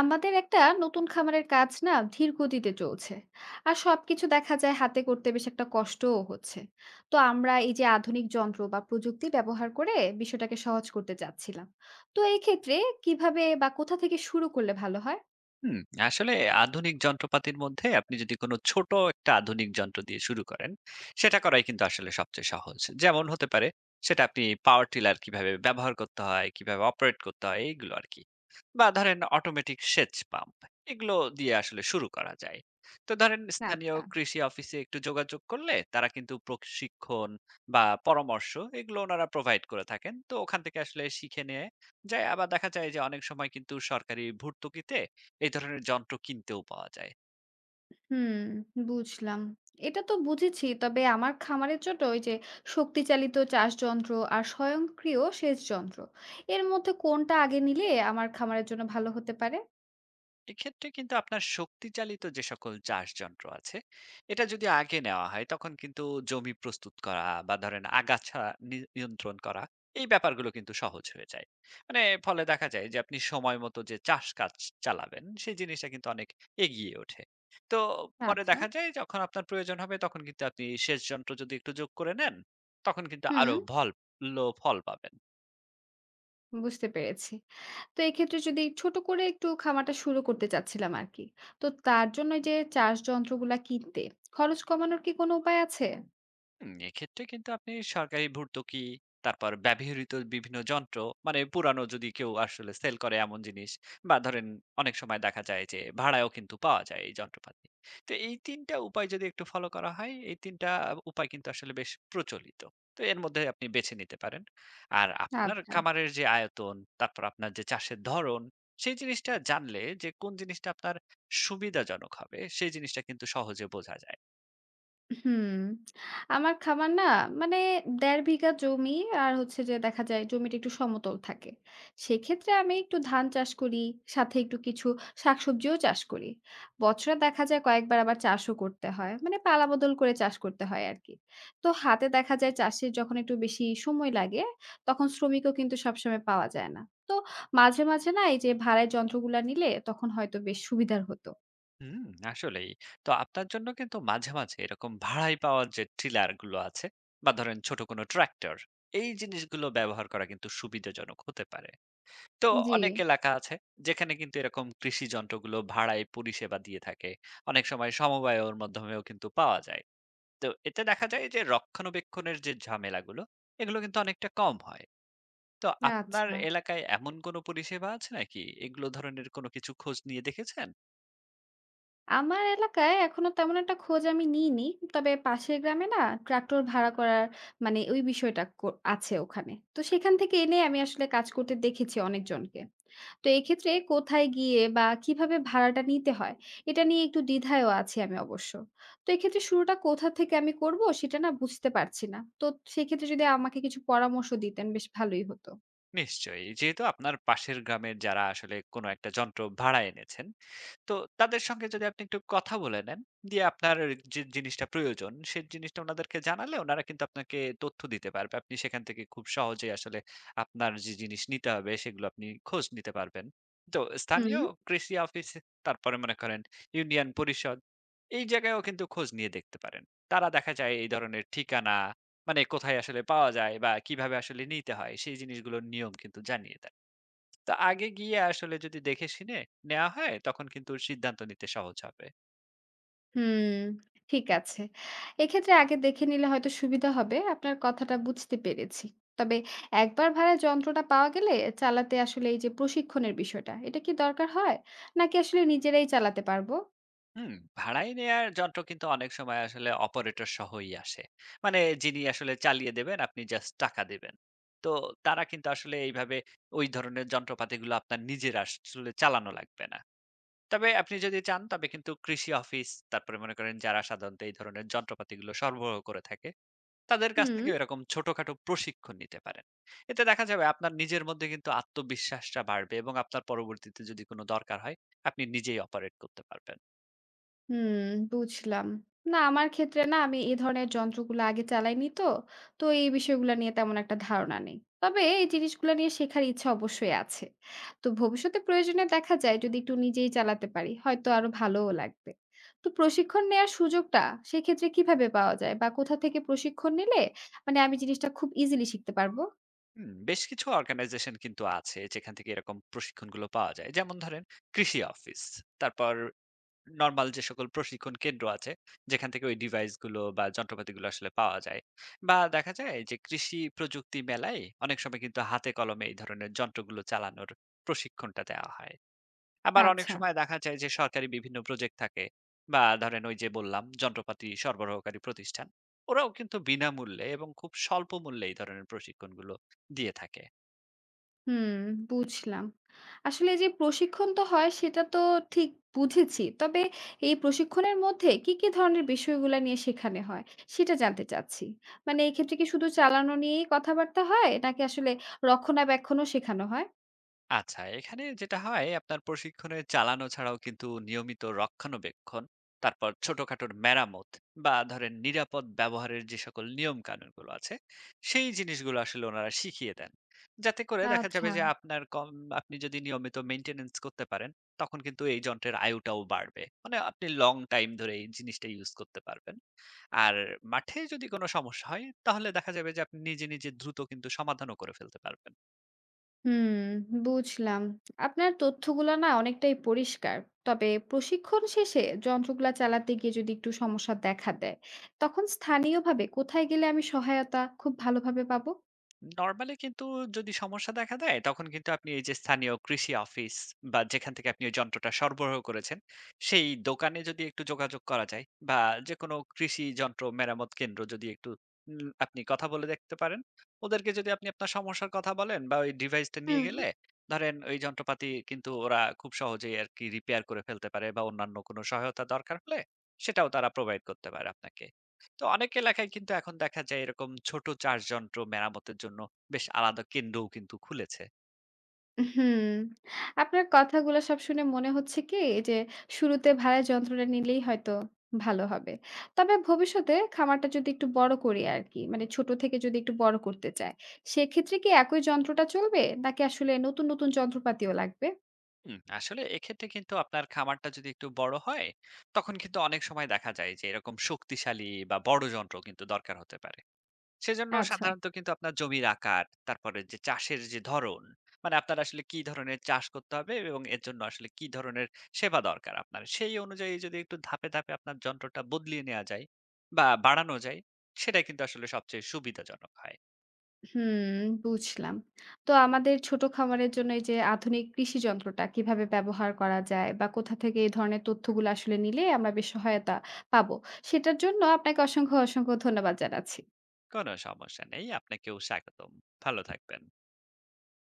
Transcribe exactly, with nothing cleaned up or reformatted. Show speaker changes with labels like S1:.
S1: আমাদের একটা নতুন খামারের কাজ না ধীর গতিতে চলছে আর সবকিছু দেখা যায় হাতে করতে বেশ একটা কষ্টও হচ্ছে। তো আমরা এই যে আধুনিক যন্ত্র বা প্রযুক্তি ব্যবহার করে বিষয়টাকে সহজ করতে চাচ্ছিলাম। তো এই ক্ষেত্রে কিভাবে বা কোথা থেকে শুরু করলে ভালো হয়?
S2: হুম, আসলে আধুনিক যন্ত্রপাতির মধ্যে আপনি যদি কোনো ছোট একটা আধুনিক যন্ত্র দিয়ে শুরু করেন, সেটা করাই কিন্তু আসলে সবচেয়ে সহজ। যেমন হতে পারে সেটা আপনি পাওয়ার টিলার কিভাবে ব্যবহার করতে হয়, কিভাবে অপারেট করতে হয় এইগুলো আরকি। বা ধরেন অটোমেটিক সেচ পাম্প এগুলো দিয়ে আসলে শুরু করা যায়। তো ধরেন স্থানীয়
S1: আচ্ছা,
S2: কৃষি অফিসে একটু যোগাযোগ করলে তারা কিন্তু প্রশিক্ষণ বা পরামর্শ এগুলো ওনারা প্রোভাইড করে থাকেন। তো ওখান থেকে আসলে শিখে নিয়ে যায়, আবার দেখা যায় যে অনেক সময় কিন্তু সরকারি ভর্তুকিতে এই ধরনের যন্ত্র কিনতেও পাওয়া যায়।
S1: হুম, বুঝলাম। এটা তো বুঝেছি, তবে আমার খামারের জন্য ওই যে শক্তিচালিত চাষ যন্ত্র আর স্বয়ংক্রিয় সেচ যন্ত্র, এর মধ্যে কোনটা আগে নিলে আমার খামারের জন্য ভালো হতে পারে?
S2: এক্ষেত্রে কিন্তু আপনার শক্তিচালিত যে সকল চাষ যন্ত্র আছে, এটা যদি আগে নেওয়া হয় তখন কিন্তু জমি প্রস্তুত করা বা ধরেন আগাছা নি নিয়ন্ত্রণ করা, এই ব্যাপারগুলো কিন্তু সহজ হয়ে যায়। মানে ফলে দেখা যায় যে আপনি সময় মতো যে চাষ কাজ চালাবেন, সেই জিনিসটা কিন্তু অনেক এগিয়ে ওঠে। তো পরে
S1: আচ্ছা,
S2: দেখা যায় যখন আপনার প্রয়োজন হবে তখন কিন্তু আপনি সেচ যন্ত্র যদি একটু যোগ করে নেন, তখন কিন্তু
S1: হুম,
S2: আরো ভল লো ফল পাবেন।
S1: বুঝতে পেরেছি। তো এক্ষেত্রে যদি ছোট করে একটু খামারটা শুরু করতে চাচ্ছিলাম আরকি। তো তার জন্য এই যে চাষ যন্ত্রগুলা কিনতে খরচ কমানোর কি কোনো উপায় আছে?
S2: হুম, এক্ষেত্রে কিন্তু আপনি সরকারি ভর্তুকি, তারপর ব্যবহৃত বিভিন্ন যন্ত্র, মানে পুরানো যদি কেউ আসলে সেল করে এমন জিনিস, বা ধরেন অনেক সময় দেখা যায় যে ভাড়ায়ও কিন্তু পাওয়া যায় এই যন্ত্রপাতি। তো এই তিনটা উপায় যদি একটু ফলো করা হয়, এই তিনটা উপায় কিন্তু আসলে বেশ প্রচলিত। তো এর মধ্যে আপনি বেছে নিতে পারেন। আর আপনার
S1: আচ্ছা।
S2: খামারের যে আয়তন, তারপর আপনার যে চাষের ধরন, সেই জিনিসটা জানলে যে কোন জিনিসটা আপনার সুবিধাজনক হবে সেই জিনিসটা কিন্তু সহজে বোঝা যায়।
S1: হুম, আমার খামার না, মানে এক দশমিক পাঁচ বিঘা জমি। আর হচ্ছে যে দেখা যায় জমিটা একটু সমতল থাকে। সেক্ষেত্রে আমি একটু ধান চাষ করি, সাথে একটু কিছু শাকসবজিও চাষ করি। বছরে দেখা যায় কয়েকবার আবার চাষও করতে হয়। মানে পালাবদল করে চাষ করতে হয় আরকি। তো হাতে দেখা যায় চাষের যখন একটু বেশি সময় লাগে, তখন শ্রমিকও কিন্তু সবসময় পাওয়া যায় না। তো মাঝে, মাঝে না এই যে ভাড়ায় যন্ত্রগুলা নিলে তখন হয়তো বেশ সুবিধার হতো।
S2: হুম, আসলেই। তো আপনার জন্য কিন্তু মাঝে, মাঝে এরকম ভাড়ায় পাওয়া যে ট্রিলার গুলো আছে বা ধরেন ছোট কোনো ট্রাক্টর, এই জিনিসগুলো ব্যবহার করা কিন্তু সুবিধাজনক হতে পারে। তো
S1: জি,
S2: অনেক এলাকা আছে যেখানে কিন্তু এরকম কৃষি যন্ত্রগুলো ভাড়ায় পরিষেবা দিয়ে থাকে। অনেক সময় সমবায়ের মাধ্যমেও কিন্তু পাওয়া যায়। তো এতে দেখা যায় যে রক্ষণাবেক্ষণের যে ঝামেলাগুলো, এগুলো কিন্তু অনেকটা কম হয়। তো আপনার
S1: আচ্ছা।
S2: এলাকায় এমন কোনো পরিষেবা আছে নাকি? এগুলো ধরনের কোনো কিছু খোঁজ নিয়ে দেখেছেন?
S1: আমার এলাকায় এখনো তেমন একটা খোঁজ আমি নিইনি, তবে পাশের গ্রামে না ট্রাক্টর ভাড়া করার মানে ওই বিষয়টা কো- আছে ওখানে, তো সেখান থেকে এনে আমি আসলে কাজ করতে দেখেছি অনেকজনকে। তো এক্ষেত্রে কোথায় গিয়ে বা কিভাবে ভাড়াটা নিতে হয় এটা নিয়ে একটু দ্বিধায়ও আছি আমি অবশ্য। তো এক্ষেত্রে শুরুটা কোথা থেকে আমি করব সেটা না বুঝতে পারছি না, তো সেক্ষেত্রে যদি আমাকে কিছু পরামর্শ দিতেন বেশ ভালোই হতো।
S2: নিশ্চয়ই। যেহেতু আপনার পাশের গ্রামের যারা আসলে কোনো একটা যন্ত্র ভাড়া এনেছেন, তো তাদের সঙ্গে যদি আপনি একটু কথা বলে নেন, দিয়ে আপনার যে জিনিসটা প্রয়োজন, সে জিনিসটা উনাদেরকে জানালে উনারা কিন্তু আপনাকে তথ্য দিতে পারবে। আপনি সেখান থেকে খুব সহজেই আসলে আপনার যে জিনিস নিতে হবে সেগুলো আপনি খোঁজ নিতে পারবেন। তো স্থানীয়
S1: হুম।
S2: কৃষি অফিস, তারপরে মনে করেন ইউনিয়ন পরিষদ, এই জায়গায়ও কিন্তু খোঁজ নিয়ে দেখতে পারেন। তারা দেখা যায় এই ধরনের ঠিকানা, মানে কোথায় আসলে পাওয়া যায় বা কিভাবে আসলে নিতে হয় সেই জিনিসগুলোর নিয়ম কিন্তু জানিয়ে দেয়। তো আগে গিয়ে আসলে যদি দেখে শুনে নেওয়া হয় তখন কিন্তু সিদ্ধান্ত নিতে সহজ হবে।
S1: হুম, ঠিক আছে। এক্ষেত্রে আগে দেখে নিলে হয়তো সুবিধা হবে। আপনার কথাটা বুঝতে পেরেছি। তবে একবার ভাড়ার যন্ত্রটা পাওয়া গেলে চালাতে আসলে এই যে প্রশিক্ষণের বিষয়টা, এটা কি দরকার হয়? নাকি আসলে নিজেরাই চালাতে পারবো?
S2: হুম, ভাড়ায় নেয়ার যন্ত্র কিন্তু অনেক সময় আসলে অপারেটর সহই আসে। মানে যিনি আসলে চালিয়ে দেবেন, আপনি জাস্ট টাকা দেবেন। তো তারা কিন্তু আসলে এইভাবে ওই ধরনের যন্ত্রপাতিগুলো, আপনার নিজের আসলে চালানো লাগবে না। তবে আপনি যদি চান তবে কিন্তু কৃষি অফিস, তারপরে মনে করেন যারা সাধারণত এই ধরনের যন্ত্রপাতিগুলো সরবরাহ করে থাকে তাদের কাছ
S1: হুম।
S2: থেকে এরকম ছোটখাটো প্রশিক্ষণ নিতে পারেন। এতে দেখা যাবে আপনার নিজের মধ্যে কিন্তু আত্মবিশ্বাসটা বাড়বে এবং আপনার পরবর্তীতে যদি কোনো দরকার হয়, আপনি নিজেই অপারেট করতে পারবেন।
S1: হুম, বুঝলাম। না আমার ক্ষেত্রে না আমি এই ধরনের যন্ত্রগুলো আগে চালাইনি তো। তো এই বিষয়গুলো নিয়ে তেমন একটা ধারণা নেই। তবে এই জিনিসগুলো নিয়ে শেখার ইচ্ছা অবশ্যই আছে। তো ভবিষ্যতে প্রয়োজনে দেখা যায় যদি একটু নিজেই চালাতে পারি, হয়তো আরো ভালোও লাগবে। তো প্রশিক্ষণ নেয়ার সুযোগটা সেক্ষেত্রে কিভাবে পাওয়া যায়? বা কোথা থেকে প্রশিক্ষণ নিলে মানে আমি জিনিসটা খুব ইজিলি শিখতে পারবো?
S2: হুম, বেশ কিছু অর্গানাইজেশন কিন্তু আছে যেখান থেকে এরকম প্রশিক্ষণগুলো পাওয়া যায়। যেমন ধরেন কৃষি অফিস, তারপর নরমাল যে সকল প্রশিক্ষণ কেন্দ্র আছে, যেখান থেকে ওই ডিভাইস গুলো বা যন্ত্রপাতিগুলো আসলে পাওয়া যায়। বা দেখা যায় যে কৃষি প্রযুক্তি মেলায় অনেক সময় কিন্তু হাতে কলমে এই ধরনের যন্ত্রগুলো চালানোর প্রশিক্ষণটা দেওয়া হয়। আবার অনেক
S1: আচ্ছা।
S2: সময় দেখা যায় যে সরকারি বিভিন্ন প্রজেক্ট থাকে বা ধরেন ওই যে বললাম যন্ত্রপাতি সরবরাহকারী প্রতিষ্ঠান, ওরাও কিন্তু বিনামূল্যে এবং খুব স্বল্প মূল্যে এই ধরনের প্রশিক্ষণগুলো দিয়ে থাকে।
S1: হুম, বুঝলাম। আসলে যে প্রশিক্ষণ তো হয় সেটা তো ঠিক বুঝেছি। তবে এই প্রশিক্ষণের মধ্যে কি, কি ধরনের বিষয়গুলা নিয়ে শেখানো হয় সেটা জানতে চাচ্ছি। মানে এক্ষেত্রে কি শুধু চালানো নিয়েই কথাবার্তা হয়? নাকি আসলে রক্ষণাবেক্ষণও শেখানো হয়?
S2: আচ্ছা, এখানে যেটা হয় আপনার প্রশিক্ষণে চালানো ছাড়াও কিন্তু নিয়মিত রক্ষণাবেক্ষণ, তারপর ছোটখাটো মেরামত বা ধরেন নিরাপদ ব্যবহারের যে সকল নিয়ম কানুনগুলো আছে, সেই জিনিসগুলো আসলে ওনারা শিখিয়ে দেন। যাতে করে দেখা যাবে
S1: আচ্ছা।
S2: যে আপনার কম, আপনি যদি নিয়মিত মেইনটেন্যান্স করতে পারেন, তখন কিন্তু এই যন্ত্রের আয়ুটাও বাড়বে। মানে আপনি লং টাইম ধরে এই জিনিসটা ইউজ করতে পারবেন। আর মাঠে যদি কোনো সমস্যা হয়, তাহলে দেখা যাবে যে আপনি নিজে, নিজে দ্রুত কিন্তু সমাধানও করে ফেলতে পারবেন।
S1: হুম, বুঝলাম। আপনার তথ্যগুলা না অনেকটাই পরিষ্কার। তবে প্রশিক্ষণ শেষে যন্ত্রগুলা চালাতে গিয়ে যদি একটু সমস্যা দেখা দেয়, তখন স্থানীয়ভাবে কোথায় গেলে আমি সহায়তা খুব ভালোভাবে পাবো?
S2: নরমালি কিন্তু যদি সমস্যা দেখা দেয় তখন কিন্তু আপনি এই যে স্থানীয় কৃষি অফিস বা যেখান থেকে আপনি ওই যন্ত্রটা সরবরাহ করেছেন সেই দোকানে যদি একটু যোগাযোগ করা যায়, বা যে কোনো কৃষি যন্ত্র মেরামত কেন্দ্র যদি একটু, উম, আপনি কথা বলে দেখতে পারেন। ওদেরকে যদি আপনি আপনার সমস্যার কথা বলেন বা ওই ডিভাইসটা নিয়ে
S1: হুম।
S2: গেলে, ধরেন ওই যন্ত্রপাতি কিন্তু ওরা খুব সহজেই আর কি রিপেয়ার করে ফেলতে পারে, বা অন্যান্য কোনো সহায়তা দরকার হলে সেটাও তারা প্রোভাইড করতে পারে আপনাকে। তো অনেক এলাকায় কিন্তু এখন দেখা যায় এরকম ছোট চার্জ যন্ত্র মেরামতের জন্য বেশ আলাদা কেন্দ্রও কিন্তু খুলেছে।
S1: হুম, আপনার কথাগুলো সব শুনে মনে হচ্ছে কি, যে শুরুতে ভাড়া যন্ত্রটা নিলেই হয়তো ভালো হবে। তবে ভবিষ্যতে খামারটা যদি একটু বড় করি আর কি, মানে ছোট থেকে যদি একটু বড় করতে চাই, সেক্ষেত্রে কি একই যন্ত্রটা চলবে? নাকি আসলে নতুন, নতুন যন্ত্রপাতিও লাগবে?
S2: হুম, আসলে এক্ষেত্রে কিন্তু আপনার খামারটা যদি একটু বড় হয় তখন কিন্তু অনেক সময় দেখা যায় যে এরকম শক্তিশালী বা বড় যন্ত্র কিন্তু দরকার হতে পারে। সেজন্য
S1: আচ্ছা,
S2: সাধারণত কিন্তু আপনার জমির আকার, তারপরে যে চাষের যে ধরন, মানে আপনার আসলে কি ধরনের চাষ করতে হবে এবং এর জন্য আসলে কি ধরনের সেবা দরকার আপনার। সেই অনুযায়ী যদি একটু ধাপে, ধাপে আপনার যন্ত্রটা বদলিয়ে নেয়া যায় বা বাড়ানো যায়, সেটা কিন্তু আসলে সবচেয়ে সুবিধাজনক হয়।
S1: হুম, বুঝলাম। তো আমাদের ছোট খামারের জন্য এই যে আধুনিক কৃষি যন্ত্রটা কিভাবে ব্যবহার করা যায় বা কোথা থেকে এই ধরনের তথ্যগুলো আসলে নিলে আমরা বেশ সহায়তা পাবো? সেটার জন্য আপনাকে অসংখ্য, অসংখ্য ধন্যবাদ জানাচ্ছি।
S2: কোন সমস্যা নেই। আপনাকেও স্বাগতম। ভালো থাকবেন।